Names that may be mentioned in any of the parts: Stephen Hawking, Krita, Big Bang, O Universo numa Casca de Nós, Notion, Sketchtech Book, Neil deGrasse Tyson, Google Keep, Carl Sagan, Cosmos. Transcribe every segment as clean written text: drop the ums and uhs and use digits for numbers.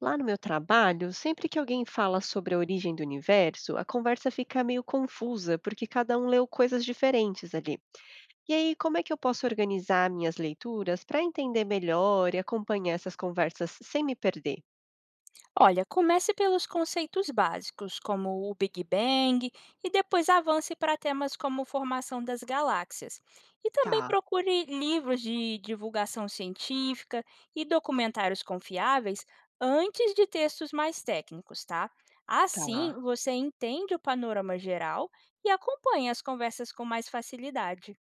Lá no meu trabalho, sempre que alguém fala sobre a origem do universo, a conversa fica meio confusa, porque cada um leu coisas diferentes ali. E aí, como é que eu posso organizar minhas leituras para entender melhor e acompanhar essas conversas sem me perder? Olha, comece pelos conceitos básicos, como o Big Bang, e depois avance para temas como formação das galáxias. E também Tá, procure livros de divulgação científica e documentários confiáveis antes de textos mais técnicos, tá? Assim, tá. você entende o panorama geral e acompanha as conversas com mais facilidade.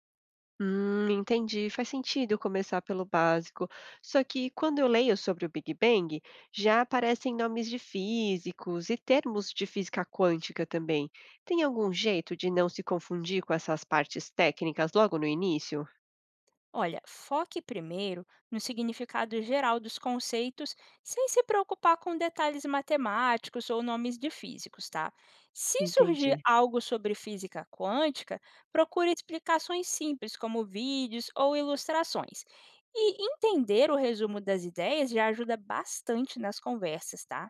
Entendi. Faz sentido começar pelo básico. Só que quando eu leio sobre o Big Bang, já aparecem nomes de físicos e termos de física quântica também. Tem algum jeito de não se confundir com essas partes técnicas logo no início? Olha, foque primeiro no significado geral dos conceitos, sem se preocupar com detalhes matemáticos ou nomes de físicos, tá? Se surgir Entendi. algo sobre física quântica, procure explicações simples, como vídeos ou ilustrações. E entender o resumo das ideias já ajuda bastante nas conversas, tá?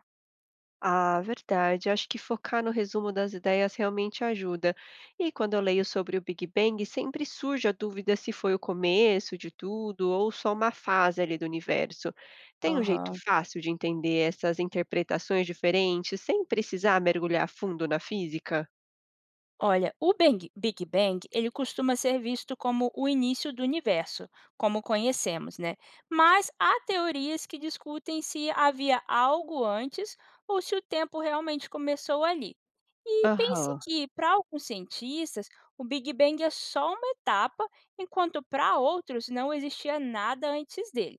Ah, verdade. Acho que focar no resumo das ideias realmente ajuda. E quando eu leio sobre o Big Bang, sempre surge a dúvida se foi o começo de tudo ou só uma fase ali do universo. Tem um jeito Aham. fácil de entender essas interpretações diferentes sem precisar mergulhar fundo na física? Olha, o Big Bang, ele costuma ser visto como o início do universo, como conhecemos, né? Mas há teorias que discutem se havia algo antes ou se o tempo realmente começou ali. E pense Aham. que, para alguns cientistas, o Big Bang é só uma etapa, enquanto para outros não existia nada antes dele.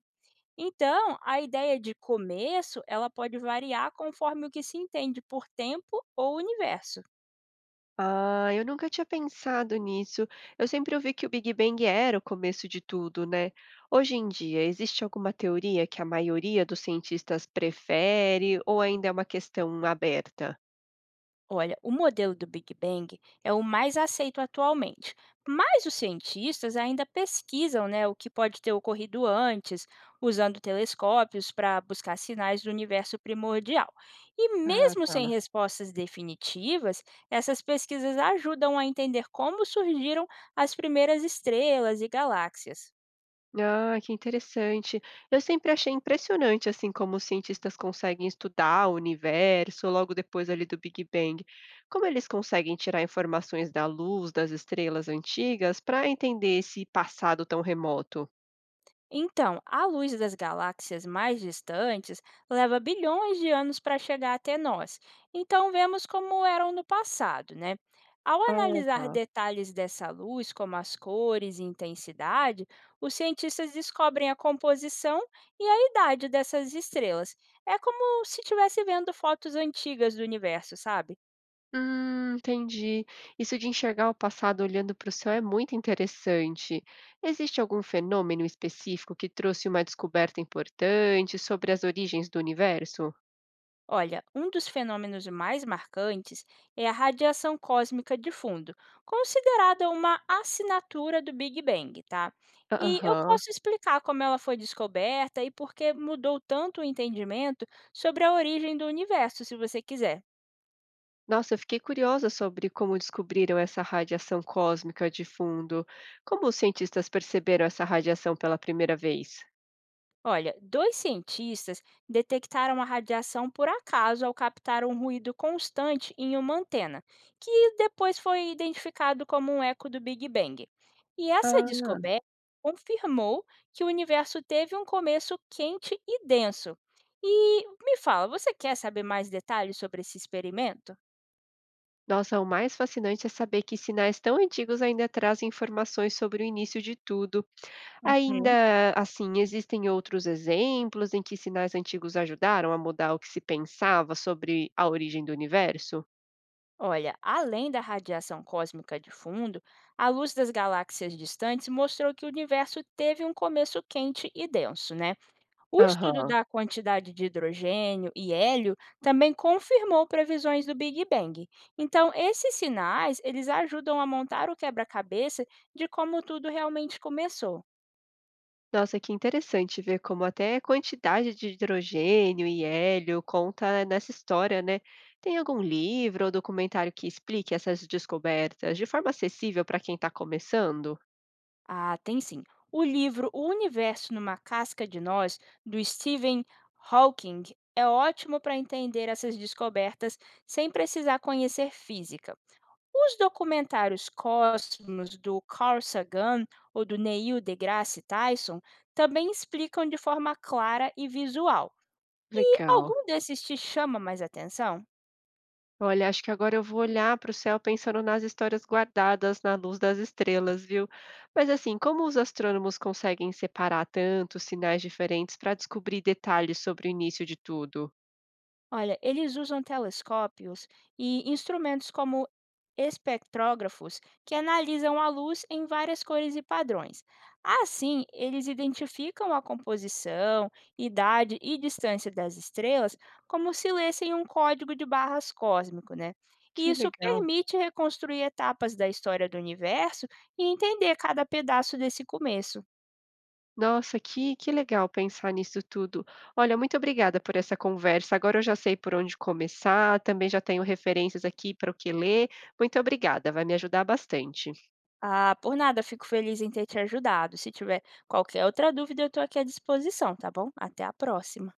Então, a ideia de começo, ela pode variar conforme o que se entende por tempo ou universo. Ah, eu nunca tinha pensado nisso. Eu sempre ouvi que o Big Bang era o começo de tudo, né? Hoje em dia, existe alguma teoria que a maioria dos cientistas prefere ou ainda é uma questão aberta? Olha, o modelo do Big Bang é o mais aceito atualmente, mas os cientistas ainda pesquisam, né, o que pode ter ocorrido antes, usando telescópios para buscar sinais do universo primordial. E Ah, mesmo sem tá. respostas definitivas, essas pesquisas ajudam a entender como surgiram as primeiras estrelas e galáxias. Ah, que interessante. Eu sempre achei impressionante assim como os cientistas conseguem estudar o universo logo depois ali do Big Bang. Como eles conseguem tirar informações da luz das estrelas antigas para entender esse passado tão remoto? Então, a luz das galáxias mais distantes leva bilhões de anos para chegar até nós. Então, vemos como eram no passado, né? Ao Ah, analisar tá. detalhes dessa luz, como as cores e intensidade, os cientistas descobrem a composição e a idade dessas estrelas. É como se estivesse vendo fotos antigas do universo, sabe? Entendi. Isso de enxergar o passado olhando para o céu é muito interessante. Existe algum fenômeno específico que trouxe uma descoberta importante sobre as origens do universo? Olha, um dos fenômenos mais marcantes é a radiação cósmica de fundo, considerada uma assinatura do Big Bang, tá? E eu Aham. posso explicar como ela foi descoberta e por que mudou tanto o entendimento sobre a origem do universo, se você quiser. Nossa, eu fiquei curiosa sobre como descobriram essa radiação cósmica de fundo. Como os cientistas perceberam essa radiação pela primeira vez? Olha, dois cientistas detectaram a radiação por acaso ao captar um ruído constante em uma antena, que depois foi identificado como um eco do Big Bang. E essa Ah. descoberta confirmou que o universo teve um começo quente e denso. E me fala, você quer saber mais detalhes sobre esse experimento? Nossa, o mais fascinante é saber que sinais tão antigos ainda trazem informações sobre o início de tudo. Uhum. Ainda assim, existem outros exemplos em que sinais antigos ajudaram a mudar o que se pensava sobre a origem do universo? Olha, além da radiação cósmica de fundo, a luz das galáxias distantes mostrou que o universo teve um começo quente e denso, né? O estudo Aham. da quantidade de hidrogênio e hélio também confirmou previsões do Big Bang. Então, esses sinais, eles ajudam a montar o quebra-cabeça de como tudo realmente começou. Nossa, que interessante ver como até a quantidade de hidrogênio e hélio conta nessa história, né? Tem algum livro ou documentário que explique essas descobertas de forma acessível para quem está começando? Ah, tem sim. O livro O Universo numa Casca de Nós, do Stephen Hawking, é ótimo para entender essas descobertas sem precisar conhecer física. Os documentários Cosmos, do Carl Sagan ou do Neil deGrasse Tyson também explicam de forma clara e visual. E Legal. algum desses te chama mais atenção? Olha, acho que agora eu vou olhar para o céu pensando nas histórias guardadas na luz das estrelas, viu? Mas assim, como os astrônomos conseguem separar tantos sinais diferentes para descobrir detalhes sobre o início de tudo? Olha, eles usam telescópios e instrumentos como espectrógrafos que analisam a luz em várias cores e padrões. Assim, eles identificam a composição, idade e distância das estrelas como se lessem um código de barras cósmico, né? E Que isso legal. permite reconstruir etapas da história do universo e entender cada pedaço desse começo. Nossa, que legal pensar nisso tudo. Olha, muito obrigada por essa conversa. Agora eu já sei por onde começar, também já tenho referências aqui para o que ler. Muito obrigada, vai me ajudar bastante. Ah, por nada, fico feliz em ter te ajudado. Se tiver qualquer outra dúvida, eu estou aqui à disposição, tá bom? Até a próxima.